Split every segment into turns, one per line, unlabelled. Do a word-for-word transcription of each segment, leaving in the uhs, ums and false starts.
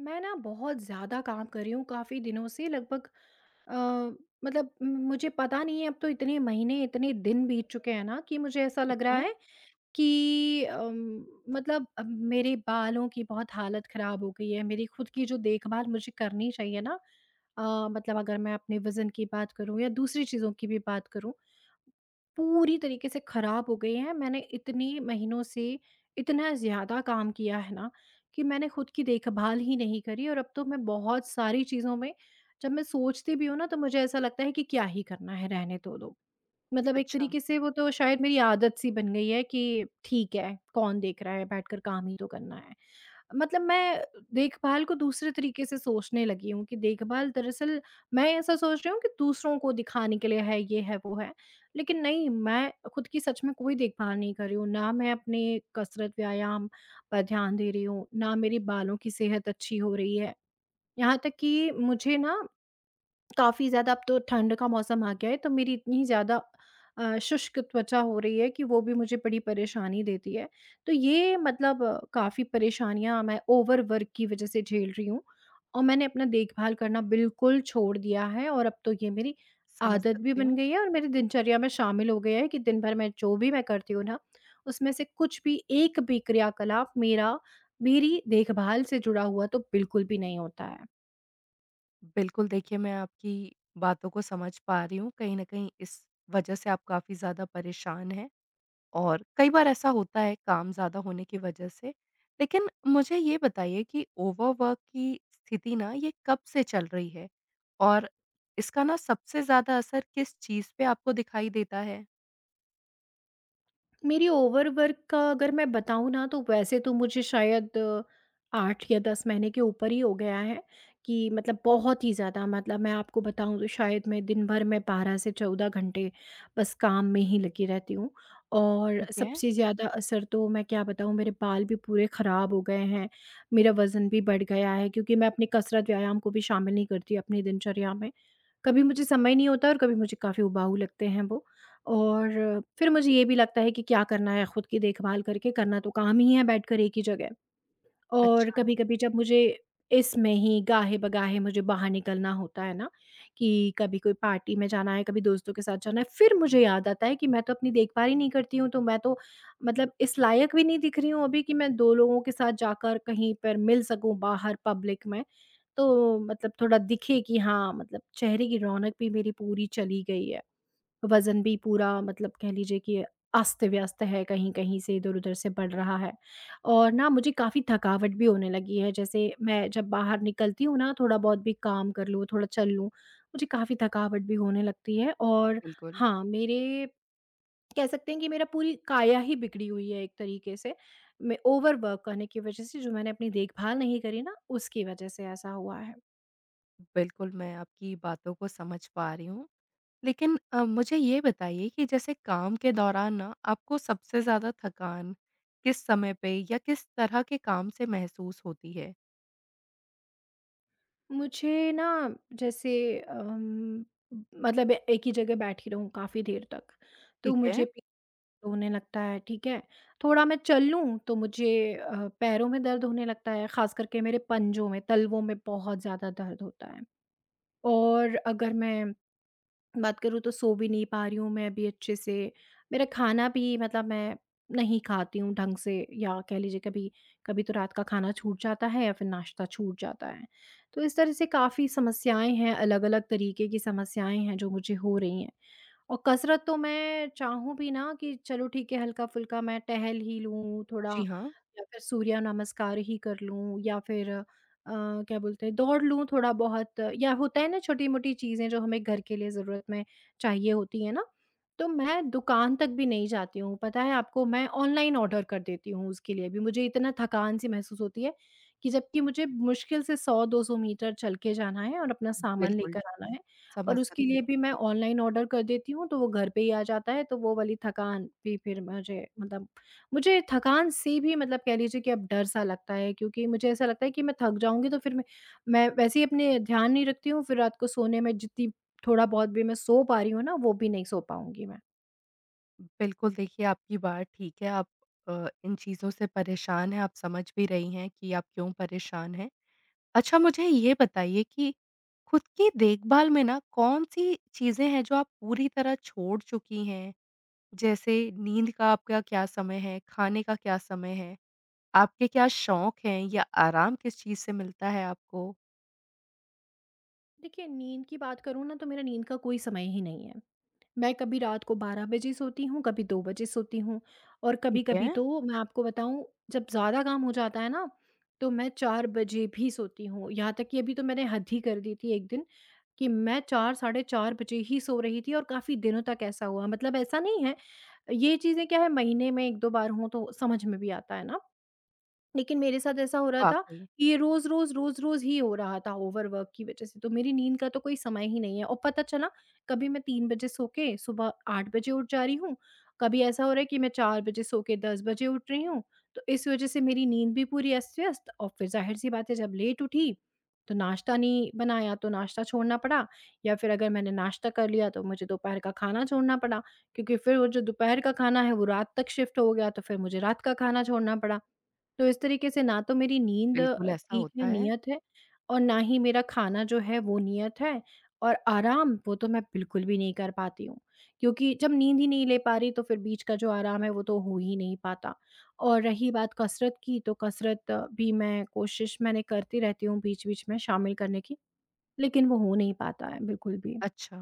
मैं ना बहुत ज़्यादा काम कर रही हूँ काफ़ी दिनों से लगभग अ, मतलब म- मुझे पता नहीं है अब तो इतने महीने इतने दिन बीत चुके हैं ना कि मुझे ऐसा
ठीक
लग रहा
है।
है कि अम, मतलब अब मेरे बालों की बहुत हालत ख़राब हो गई है, मेरी खुद की जो देखभाल मुझे करनी चाहिए ना, अ, मतलब अगर मैं अपने वज़न की बात करूँ या दूसरी चीज़ों की भी बात करूँ, पूरी तरीके से खराब हो गई है। मैंने इतने महीनों से इतना ज़्यादा काम किया है ना कि मैंने खुद की देखभाल ही नहीं करी और अब तो मैं बहुत सारी चीज़ों में जब मैं सोचती भी हूँ ना तो मुझे ऐसा लगता है कि क्या ही करना है, रहने तो दो। मतलब एक
अच्छा,
तरीके से वो तो शायद मेरी आदत सी बन गई है कि ठीक है, कौन देख रहा है, बैठकर काम ही तो करना है। मतलब मैं देखभाल को दूसरे तरीके से सोचने लगी हूँ कि देखभाल दरअसल मैं ऐसा सोच रही हूँ कि दूसरों को दिखाने के लिए है, ये है, वो है। लेकिन नहीं, मैं खुद की सच में कोई देखभाल नहीं कर रही हूँ। ना मैं अपने कसरत, व्यायाम पर ध्यान दे रही हूँ, ना मेरी बालों की सेहत अच्छी हो रही है। यहाँ तक कि मुझे ना काफ़ी ज़्यादा अब तो ठंड का मौसम आ गया है, तो मेरी इतनी ज़्यादा अ, शुष्क त्वचा हो रही है कि वो भी मुझे बड़ी परेशानी देती है। तो ये मतलब काफ़ी परेशानियाँ मैं ओवर वर्क की वज़ह से झेल रही हूँ और मैंने अपना देखभाल करना बिल्कुल छोड़ दिया है और अब तो ये मेरी
समझ
आदत भी
सकती
बन
हूँ।
गई है और मेरी दिनचर्या में शामिल हो गया है कि दिन भर मैं जो भी मैं करती हूँ ना, उसमें से कुछ भी, एक भी क्रियाकलाप मेरा मेरी देखभाल से जुड़ा हुआ तो बिल्कुल भी नहीं होता है।
बिल्कुल, देखिए मैं आपकी बातों को समझ पा रही हूँ, कहीं न कहीं इस वजह से आप काफ़ी ज़्यादा परेशान हैं और कई बार ऐसा होता है काम ज़्यादा होने की वजह से। लेकिन मुझे ये बताइए कि ओवरवर्क की स्थिति ना ये कब से चल रही है? और इसका ना सबसे ज़्यादा असर किस चीज़ पे आपको दिखाई देता है?
मेरी ओवरवर्क का अगर मैं बताऊँ ना तो वैसे तो मुझे शायद अ, आठ या दस महीने के ऊपर ही हो गया है कि मतलब बहुत ही ज़्यादा मतलब मैं आपको बताऊँ तो शायद मैं दिन भर में बारह से चौदह घंटे बस काम में ही लगी रहती हूँ और
ठीक है।
सबसे ज़्यादा असर तो मैं क्या बताऊँ, मेरे बाल भी पूरे ख़राब हो गए हैं, मेरा वज़न भी बढ़ गया है क्योंकि मैं अपनी कसरत व्यायाम को भी शामिल नहीं करती अपनी दिनचर्या में। कभी मुझे समय नहीं होता और कभी मुझे काफ़ी उबाऊ लगते हैं वो। और फिर मुझे ये भी लगता है कि क्या करना है खुद की देखभाल करके, करना तो काम ही है बैठकर एक ही जगह। और
अच्छा,
कभी-कभी जब मुझे इसमें ही गाहे-बगाहे मुझे बाहर निकलना होता है ना, कि कभी कोई पार्टी में जाना है, कभी दोस्तों के साथ जाना है, फिर मुझे याद आता है कि मैं तो अपनी देखभाल ही नहीं करती हूँ, तो मैं तो मतलब इस लायक भी नहीं दिख रही हूँ अभी कि मैं दो लोगों के साथ जाकर कहीं पर मिल सकूँ बाहर पब्लिक में। तो मतलब थोड़ा दिखे कि हाँ, मतलब चेहरे की रौनक भी मेरी पूरी चली गई है। वज़न भी पूरा मतलब कह लीजिए कि अस्त-व्यस्त है, कहीं-कहीं से इधर-उधर से बढ़ रहा है और ना मुझे काफ़ी थकावट भी होने लगी है। जैसे मैं जब बाहर निकलती हूँ ना, थोड़ा बहुत भी काम कर लूँ, थोड़ा चल लूँ, मुझे काफ़ी थकावट भी होने लगती है और
बिल्कुल।
हाँ, मेरे, कह सकते हैं कि मेरा पूरी काया ही बिगड़ी हुई है एक तरीके से। मैं ओवरवर्क करने की वज़ह से जो मैंने अपनी देखभाल नहीं करी ना, उसकी वज़ह से ऐसा हुआ है।
बिल्कुल, मैं आपकी बातों को समझ पा रही हूँ। लेकिन अ, मुझे ये बताइए कि जैसे काम के दौरान ना आपको सबसे ज़्यादा थकान किस समय पे या किस तरह के काम से महसूस होती है?
मुझे ना, जैसे अम, मतलब एक ही जगह बैठी रहूँ काफ़ी देर तक, तो
ठीक
मुझे
है।
पीठ होने लगता है, ठीक है? थोड़ा मैं चल लूँ तो मुझे अ, पैरों में दर्द होने लगता है, ख़ास करके मेरे पंजों में, तलवों में बहुत ज़्यादा दर्द होता है। और अगर मैं बात करूँ तो सो भी नहीं पा रही हूँ मैं अभी अच्छे से। मेरा खाना भी मतलब मैं नहीं खाती हूँ ढंग से या कह लीजिए कभी कभी तो रात का खाना छूट जाता है या फिर नाश्ता छूट जाता है। तो इस तरह से काफ़ी समस्याएँ हैं, अलग-अलग तरीके की समस्याएँ हैं जो मुझे हो रही हैं। और कसरत तो मैं चाहूँ भी ना कि चलो ठीक है, हल्का-फुल्का मैं टहल ही लूँ थोड़ा
जी हाँ,
या फिर सूर्य नमस्कार ही कर लूँ या फिर अ, क्या बोलते हैं, दौड़ लूँ थोड़ा-बहुत, या होता है ना छोटी-मोटी चीज़ें जो हमें घर के लिए ज़रूरत में चाहिए होती है ना, तो मैं दुकान तक भी नहीं जाती हूँ। पता है आपको, मैं ऑनलाइन ऑर्डर कर देती हूँ उसके लिए भी। मुझे इतना थकान सी महसूस होती है कि जबकि मुझे मुश्किल से सौ से दो सौ मीटर चल के जाना है और अपना सामान
बिल्कुल,
लेकर आना है। पर
समझ
उसके
सकती
लिए भी मैं ऑनलाइन ऑर्डर कर देती हूँ, तो वो घर पे ही आ जाता है, तो वो वाली थकान भी फिर मुझे मतलब मुझे थकान से भी मतलब कह लीजिए कि अब डर-सा लगता है क्योंकि मुझे ऐसा लगता है कि मैं थक जाऊँगी तो फिर मैं, मैं वैसे ही अपने ध्यान नहीं रखती हूँ, फिर रात को सोने में जितनी थोड़ा-बहुत भी मैं सो पा रही हूँ ना, वो भी नहीं सो पाऊँगी मैं।
हूँ। बिल्कुल, देखिए आपकी बात ठीक है, आप अ, इन चीज़ों से परेशान हैं, आप समझ भी रही हैं कि आप क्यों परेशान हैं। अच्छा, मुझे ये बताइए कि खुद की देखभाल में ना कौन-सी चीज़ें हैं जो आप पूरी तरह छोड़ चुकी हैं? जैसे नींद का आपका क्या समय है? खाने का क्या समय है? आपके क्या शौक हैं या आराम किस चीज़ से मिलता है आपको?
देखिए, नींद की बात करूँ ना, तो मेरा नींद का कोई समय ही नहीं है। मैं कभी रात को बारह बजे सोती हूँ, कभी दो बजे सोती हूँ और
ठीक है,
कभी-कभी तो मैं आपको बताऊँ, जब ज़्यादा काम हो जाता है ना, तो मैं चार बजे भी सोती हूँ। यहाँ तक कि अभी तो मैंने हद ही कर दी थी एक दिन, कि मैं चार साढ़े चार बजे ही सो रही थी और काफ़ी दिनों तक ऐसा हुआ। मतलब ऐसा नहीं है, ये चीज़ें क्या है, महीने में एक दो बार हों तो समझ में भी आता है ना। लेकिन मेरे साथ ऐसा हो रहा था
वाक़ई,
कि ये रोज़-रोज़, रोज़-रोज़ ही हो रहा था ओवरवर्क की वज़ह से, तो मेरी नींद का तो कोई समय ही नहीं है और पता चला कभी मैं तीन बजे सो के सुबह आठ बजे उठ जा रही हूँ, कभी ऐसा हो रहा है कि मैं चार बजे सो के दस बजे उठ रही हूँ, तो इस वज़ह से मेरी नींद भी पूरी अस्त-व्यस्त और फिर ज़ाहिर-सी बात है, जब लेट उठी, तो नाश्ता नहीं बनाया तो नाश्ता छोड़ना पड़ा या फिर अगर मैंने नाश्ता कर लिया तो मुझे दोपहर का खाना छोड़ना पड़ा, क्योंकि फिर वो जो दोपहर का खाना है वो रात तक शिफ्ट हो गया तो फिर मुझे रात का खाना छोड़ना पड़ा। तो इस तरीके से ना तो मेरी नींद
बिल्कुल
अ,
ऐसा
ठीक है,
होता है।
नियत है और ना ही मेरा खाना जो है वो नियत है और आराम वो तो मैं बिल्कुल भी नहीं कर पाती हूँ। क्योंकि जब नींद ही नहीं ले पा रही तो फिर बीच का जो आराम है वो तो हो ही नहीं पाता। और रही बात कसरत की, तो कसरत अ, भी मैं कोशिश मैंने करती रहती हूँ बीच-बीच में शामिल करने की, लेकिन वो हो नहीं पाता है बिल्कुल भी।
अच्छा।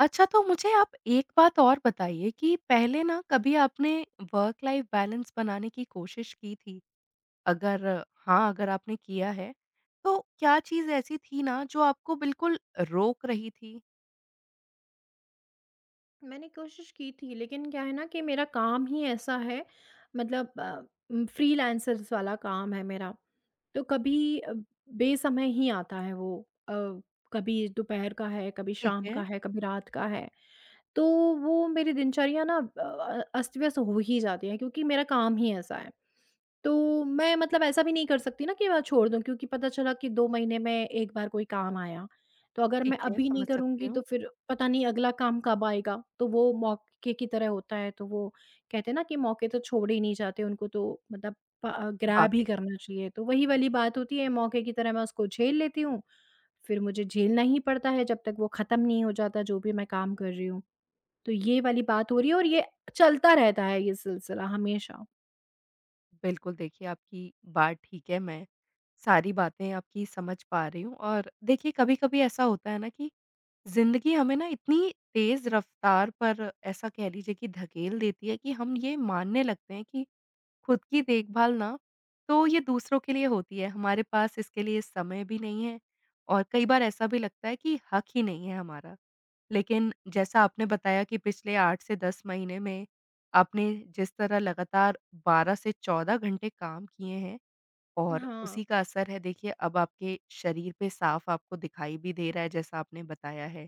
अच्छा, तो मुझे आप एक बात और बताइए कि पहले ना कभी आपने वर्क लाइफ़ बैलेंस बनाने की कोशिश की थी? अगर हाँ, अगर आपने किया है, तो क्या चीज़ ऐसी थी ना जो आपको बिल्कुल रोक रही थी?
मैंने कोशिश की थी, लेकिन क्या है ना कि मेरा काम ही ऐसा है, मतलब अ, उम, फ्रीलांसर्स वाला काम है मेरा। तो कभी अ, बेसमय ही आता है वो, अ, कभी दोपहर का है, कभी
ठीक
शाम
है,
का है, कभी रात का है। तो वो मेरी दिनचर्या ना अ, अस्त-व्यस्त हो ही जाती है क्योंकि मेरा काम ही ऐसा है। तो मैं मतलब ऐसा भी नहीं कर सकती ना कि मैं छोड़ दूँ, क्योंकि पता चला कि दो महीने में एक बार कोई काम आया। तो अगर मैं
ठीक है,
अभी नहीं
समझ सकती
करूँगी तो
हूँ।
फिर पता नहीं अगला काम कब आएगा। तो वो मौके की तरह होता है, तो वो कहते हैं ना कि मौके तो छोड़े ही नहीं जाते, उनको तो मतलब प ग्रैब ही
वाक़ई।
करना चाहिए। तो वही वाली बात होती है, मौके की तरह मैं उसको झेल लेती हूँ, फिर मुझे झेलना ही पड़ता है जब तक वो ख़त्म नहीं हो जाता जो भी मैं काम कर रही हूँ। तो ये वाली बात हो रही है और ये चलता रहता है ये सिलसिला हमेशा।
बिल्कुल, देखिए आपकी बात ठीक है, मैं सारी बातें आपकी समझ पा रही हूँ। और देखिए, कभी-कभी ऐसा होता है ना कि ज़िंदगी हमें ना इतनी तेज़ रफ़्तार पर, ऐसा कह लीजिए कि, धकेल देती है कि हम ये मानने लगते हैं कि खुद की देखभाल ना, तो ये दूसरों के लिए होती है, हमारे पास इसके लिए समय भी नहीं है और कई बार ऐसा भी लगता है कि हक ही नहीं है हमारा। लेकिन जैसा आपने बताया कि पिछले आठ से दस महीने में आपने जिस तरह लगातार बारह से चौदह घंटे काम किए हैं, और
हाँ,
उसी का असर है, देखिए अब आपके शरीर पे साफ आपको दिखाई भी दे रहा है, जैसा आपने बताया है।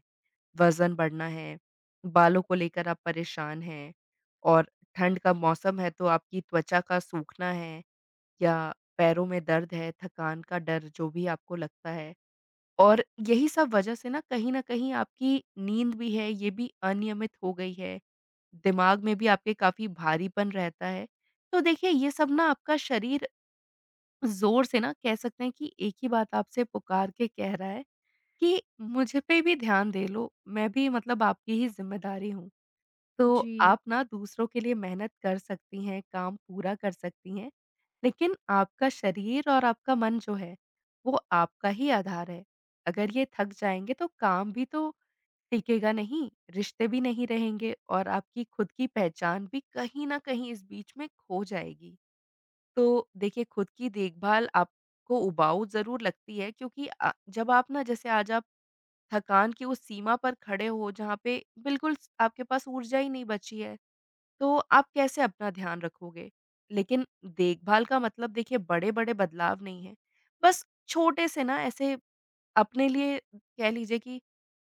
वज़न बढ़ना है, बालों को लेकर आप परेशान हैं, और ठंड का मौसम है तो आपकी त्वचा का सूखना है, या पैरों में दर्द है, थकान का डर जो भी आपको लगता है। और यही सब वजह से ना, कहीं न कहीं आपकी नींद भी है, ये भी अनियमित हो गई है, दिमाग में भी आपके काफ़ी भारीपन रहता है। तो देखिए, ये सब ना आपका शरीर ज़ोर से, ना कह सकते हैं कि एक ही बात आपसे पुकार के कह रहा है कि मुझ पे भी ध्यान दे लो, मैं भी मतलब आपकी ही ज़िम्मेदारी हूँ। तो
जी।
आप ना दूसरों के लिए मेहनत कर सकती हैं, काम पूरा कर सकती हैं। लेकिन आपका शरीर और आपका मन जो है, वो आपका ही आधार है। अगर ये थक जाएँगे तो काम भी तो टिकेगा नहीं, रिश्ते भी नहीं रहेंगे, और आपकी खुद की पहचान भी कहीं न कहीं इस बीच में खो जाएगी। तो देखिए, खुद की देखभाल आपको उबाऊ ज़रूर लगती है, क्योंकि अ, जब आप ना, जैसे आज आप थकान की उस सीमा पर खड़े हो जहाँ पे बिल्कुल स आपके पास ऊर्जा ही नहीं बची है। तो आप कैसे अपना ध्यान रखोगे? लेकिन देखभाल का मतलब, देखिए, बड़े-बड़े बदलाव नहीं है। बस छोटे से ना ऐसे अपने लिए, कह लीजिए कि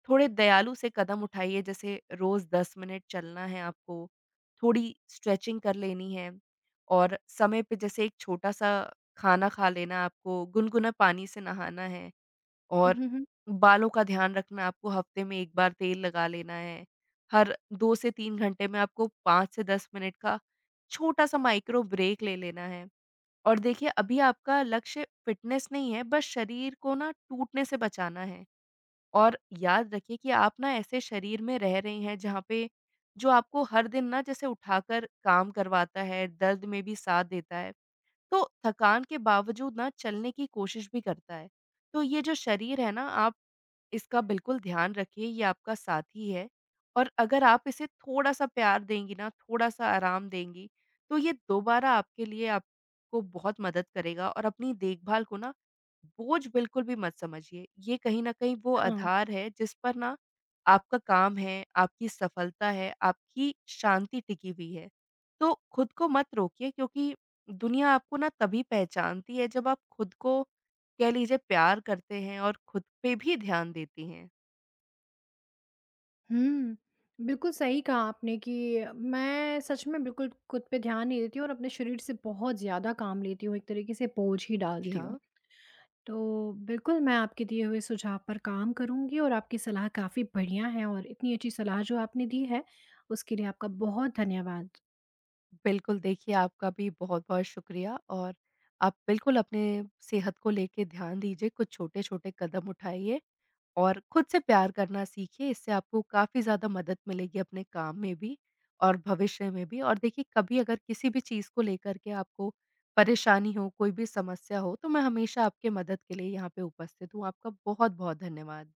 थोड़े दयालु से कदम उठाइए। जैसे रोज़ दस मिनट चलना है आपको, थोड़ी स्ट्रेचिंग कर लेनी है, और समय पे जैसे एक छोटा-सा खाना खा लेना आपको, गुनगुना पानी से नहाना है। और
हुँ, हुँ,
बालों का ध्यान रखना है, आपको हफ्ते में एक बार तेल लगा लेना है। हर दो से तीन घंटे में आपको पाँच से दस मिनट का छोटा-सा माइक्रो ब्रेक ले लेना है। और देखिए, अभी आपका लक्ष्य फ़िटनेस नहीं है, बस शरीर को ना टूटने से बचाना है। और याद रखिए कि आप ना ऐसे शरीर में रह रहे हैं जहाँ पे, जो आपको हर दिन ना जैसे उठाकर काम करवाता है, दर्द में भी साथ देता है। तो थकान के बावजूद ना चलने की कोशिश भी करता है। तो ये जो शरीर है ना, आप इसका बिल्कुल ध्यान रखिए, ये आपका साथी है। और अगर आप इसे थोड़ा-सा प्यार देंगी ना, थोड़ा-सा आराम देंगी, तो ये दोबारा आपके लिए, आपको बहुत मदद करेगा। और अपनी देखभाल को ना बोझ बिल्कुल भी मत समझिए। ये कहीं न कहीं वो
हाँ।
आधार है जिस पर ना आपका काम है, आपकी सफलता है, आपकी शांति टिकी हुई है। तो खुद को मत रोकिए, क्योंकि दुनिया आपको ना तभी पहचानती है जब आप खुद को, कह लीजिए, प्यार करते हैं और खुद पे भी ध्यान देती हैं।
हुँ, बिल्कुल सही कहा आपने कि मैं सच में बिल्कुल खुद पे ध्यान नहीं देती हूँ और अपने शरीर से बहुत ज़्यादा काम लेती हूँ, एक तरीके से बोझ ही
जी
डालती हूँ।
हाँ।
तो बिल्कुल मैं आपके दिए हुए सुझाव पर काम करूँगी और आपकी सलाह काफ़ी बढ़िया है और इतनी अच्छी सलाह जो आपने दी है, उसके लिए आपका बहुत धन्यवाद।
बिल्कुल, देखिए, आपका भी बहुत-बहुत शुक्रिया। और आप बिल्कुल अपने सेहत को लेके ध्यान दीजिए, कुछ छोटे-छोटे कदम उठाइए और खुद से प्यार करना सीखिए, इससे आपको काफ़ी ज़्यादा मदद मिलेगी अपने काम में भी और भविष्य में भी। और देखिए, कभी अगर किसी भी चीज़ को लेकर के आपको परेशानी हो, कोई भी समस्या हो, तो मैं हमेशा आपके मदद के लिए यहाँ पे उपस्थित हूँ। आपका बहुत-बहुत धन्यवाद।